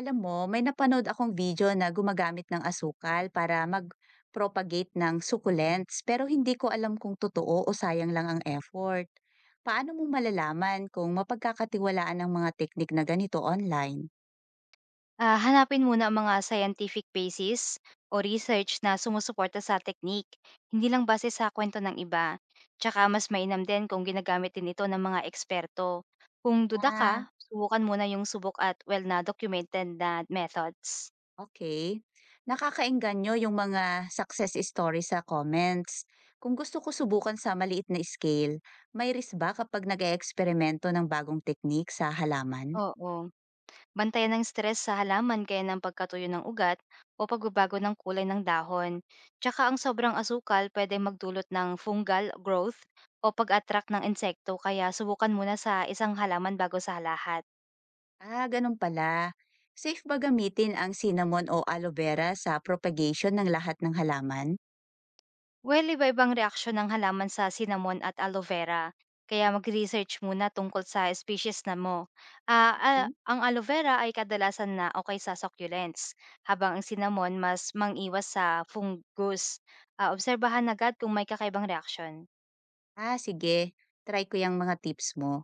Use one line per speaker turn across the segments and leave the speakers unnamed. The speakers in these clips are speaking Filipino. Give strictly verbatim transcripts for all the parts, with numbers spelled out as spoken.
Alam mo, may napanood akong video na gumagamit ng asukal para mag-propagate ng succulents pero hindi ko alam kung totoo o sayang lang ang effort. Paano mo malalaman kung mapagkakatiwalaan ng mga teknik na ganito online?
Ah, hanapin muna ang mga scientific basis o research na sumusuporta sa technique, hindi lang base sa kwento ng iba. Tsaka mas mainam din kung ginagamit din ito ng mga eksperto. Kung duda ka,
Ah,
subukan muna yung subok at well na documented na methods.
okay. Nakakaengganyo yung mga success stories sa comments. Kung gusto ko subukan sa maliit na scale, may risk ba kapag nag-eeksperimento ng bagong teknik sa halaman?
Oo. Bantayan ng stress sa halaman kaya ng pagkatuyo ng ugat o pagbabago ng kulay ng dahon. Tsaka ang sobrang asukal pwede magdulot ng fungal growth o pag-attract ng insekto kaya subukan muna sa isang halaman bago sa lahat.
Ah, ganun pala. Safe ba gamitin ang cinnamon o aloe vera sa propagation ng lahat ng halaman?
Well, iba-ibang reaksyon ng halaman sa cinnamon at aloe vera. Kaya mag-research muna tungkol sa species na mo. Ah, ah,
Mhm.
ang aloe vera ay kadalasan na okay sa succulents, habang ang cinnamon mas mangiwas sa fungus. Ah, obserbahan agad kung may kakaibang reaksyon.
Ah, sige. Try ko yung mga tips mo.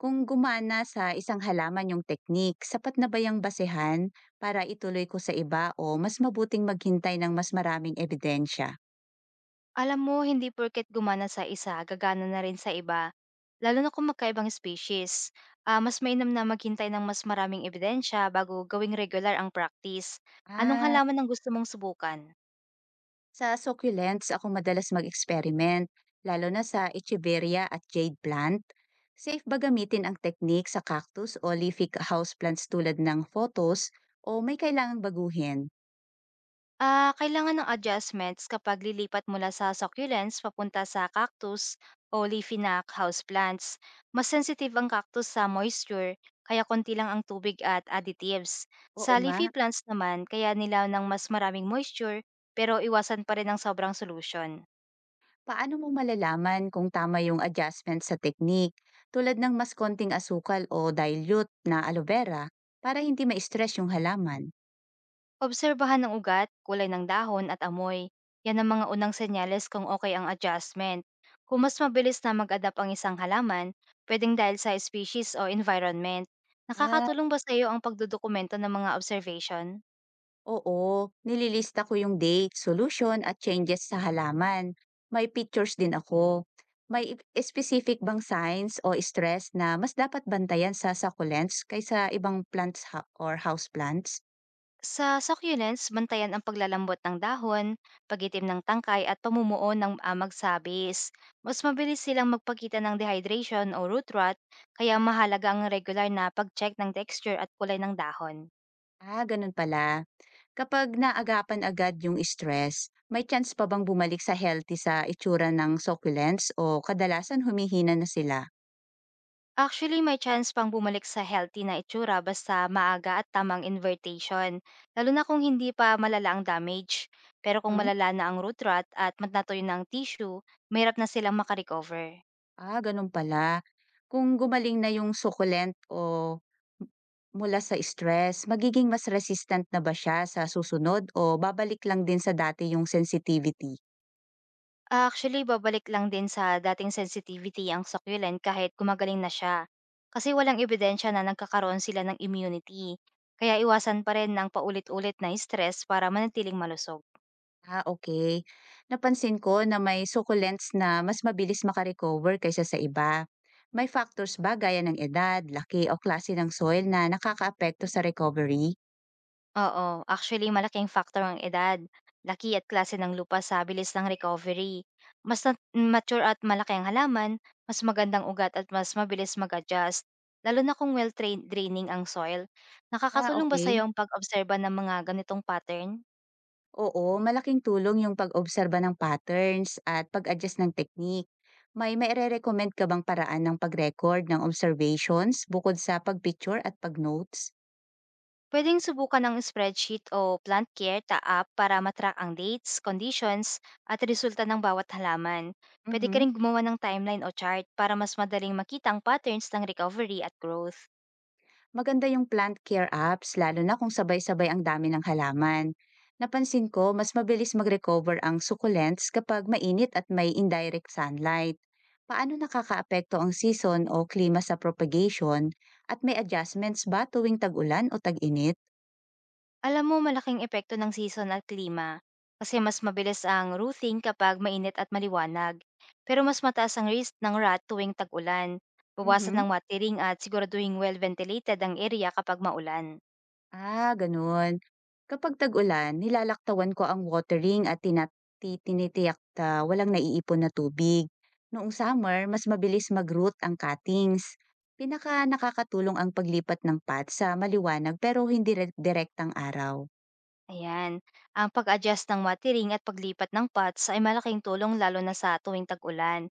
Kung gumana sa isang halaman yung technique, sapat na ba yung basehan para ituloy ko sa iba o mas mabuting maghintay ng mas maraming ebidensya?
Alam mo, hindi porket gumana sa isa, gagana na rin sa iba. Lalo na kung magkaibang species. Ah, mas mainam na maghintay ng mas maraming ebidensya bago gawing regular ang practice. Anong
Ah,
halaman ang gusto mong subukan?
sa succulents ako madalas mag-experiment, lalo na sa echeveria at jade plant. Safe ba gamitin ang technique sa cactus o leafy houseplants tulad ng photos o may kailangang baguhin?
Ah, kailangan ng adjustments kapag lilipat mula sa succulents papunta sa cactus o leafy na houseplants. Mas sensitive ang cactus sa moisture, kaya konti lang ang tubig at additives. Sa
Oo nga,
leafy plants naman, kaya nila ng mas maraming moisture, pero iwasan pa rin ang sobrang solution.
paano mo malalaman kung tama yung adjustment sa technique tulad ng mas konting asukal o dilute na aloe vera para hindi ma-stress yung halaman?
Obserbahan ng ugat, kulay ng dahon at amoy. Yan ang mga unang senyales kung okay ang adjustment. Kung mas mabilis na mag-adapt ang isang halaman, pwedeng dahil sa species o environment.
Ah,
Nakakatulong ba sa iyo ang pagdodokumento ng mga observation?
oo, nililista ko yung date, solution at changes sa halaman. May pictures din ako. May i- specific bang signs o stress na mas dapat bantayan sa succulents kaysa ibang plants ha- or house plants?
Sa succulents, bantayan ang paglalambot ng dahon, pagitim ng tangkay at pamumuo ng amag sabis. Mas mabilis silang magpakita ng dehydration o root rot, kaya mahalaga ang regular na pag-check ng texture at kulay ng dahon.
Ah, ganun pala. Kapag naagapan agad yung stress, may chance pa bang bumalik sa healthy sa itsura ng succulents o kadalasan humihina na sila?
Actually, may chance pang bumalik sa healthy na itsura basta maaga at tamang invitation, lalo na kung hindi pa malala ang damage. Pero kung
Mhm.
malala na ang root rot at matnatoy ng tissue, mahirap na silang makarecover.
Ah, ganun pala. Kung gumaling na yung succulent o m- mula sa stress, magiging mas resistant na ba siya sa susunod o babalik lang din sa dati yung sensitivity?
Actually, babalik lang din sa dating sensitivity ang succulent kahit gumagaling na siya. Kasi walang ebidensya na nagkakaroon sila ng immunity. Kaya iwasan pa rin ng paulit-ulit na stress para manatiling malusog.
Ah, okay. Napansin ko na may succulents na mas mabilis makarecover kaysa sa iba. May factors ba gaya ng edad, laki o klase ng soil na nakakaapekto sa recovery?
Oo, actually malaking factor ang edad, laki at klase ng lupa sa bilis ng recovery. Mas nat- mature at malaki ang halaman, mas magandang ugat at mas mabilis mag-adjust, lalo na kung well-trained draining ang soil.
Ah,
Nakakatulong ba sa'yo
okay.
ang pag-obserba ng mga ganitong pattern?
Oo, malaking tulong yung pag-obserba ng patterns at pag-adjust ng technique. May maire-recommend ka bang paraan ng pag-record ng observations bukod sa pag-picture at pag-notes?
Pwedeng subukan ng spreadsheet o plant care ta app para matrack ang dates, conditions, at resulta ng bawat halaman. Pwede ka
Mhm.
rin gumawa ng timeline o chart para mas madaling makita ang patterns ng recovery at growth.
Maganda yung plant care apps lalo na kung sabay-sabay ang dami ng halaman. Napansin ko, mas mabilis mag-recover ang succulents kapag mainit at may indirect sunlight. Paano nakakaapekto ang season o klima sa propagation at may adjustments ba tuwing tag-ulan o tag-init?
Alam mo malaking epekto ng season at klima kasi mas mabilis ang rooting kapag mainit at maliwanag. Pero mas mataas ang risk ng rat tuwing tag-ulan. Bawasan
Mhm.
ng watering at siguraduhin well-ventilated ang area kapag maulan.
Ah, gano'n. Kapag tag-ulan, nilalaktawan ko ang watering at tina ti tinitiyak na walang naiipon na tubig. Noong summer, mas mabilis mag-root ang cuttings. Pinaka nakakatulong ang paglipat ng pot sa maliwanag pero hindi re direktang araw.
Ayan, ang pag-adjust ng watering at paglipat ng pots ay malaking tulong lalo na sa tuwing tag-ulan.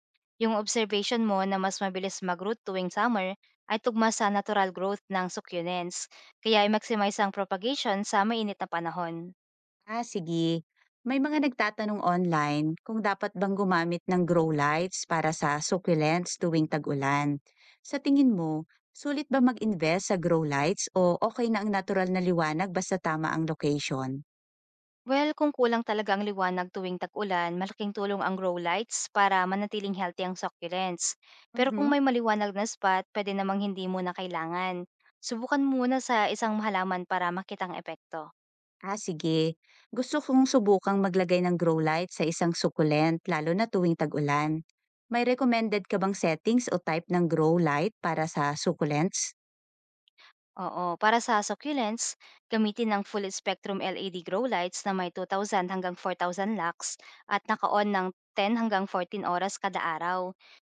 Yung observation mo na mas mabilis mag-root tuwing summer ay tugma sa natural growth ng succulents, kaya ay maximize ang propagation sa mainit na panahon.
Ah, sige. May mga nagtatanong online kung dapat bang gumamit ng grow lights para sa succulents tuwing tag-ulan. Sa tingin mo, sulit ba mag-invest sa grow lights o okay na ang natural na liwanag basta tama ang location?
Well, kung kulang talaga ang liwanag tuwing tag-ulan, malaking tulong ang grow lights para manatiling healthy ang succulents. Pero kung
Mhm.
may maliwanag na spot, pwede namang hindi muna kailangan. Subukan muna sa isang halaman para makita ang epekto.
Ah, sige. Gusto kong subukang maglagay ng grow light sa isang succulent lalo na tuwing tag-ulan. May recommended ka bang settings o type ng grow light para sa succulents?
Oo, para sa succulents, gamitin ang full spectrum L E D grow lights na may dalawang libo hanggang apat na libo lux at naka-on ng sampu hanggang labing-apat oras kada araw.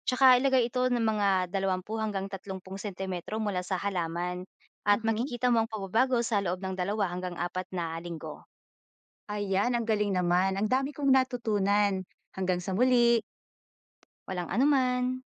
Tsaka ilagay ito ng mga dalawampu hanggang tatlumpu sentimetro mula sa halaman at
Mhm.
makikita mo ang pagbabago sa loob ng dalawa hanggang apat na linggo.
Ayan, ang galing naman. Ang dami kong natutunan. Hanggang sa muli.
Walang anuman.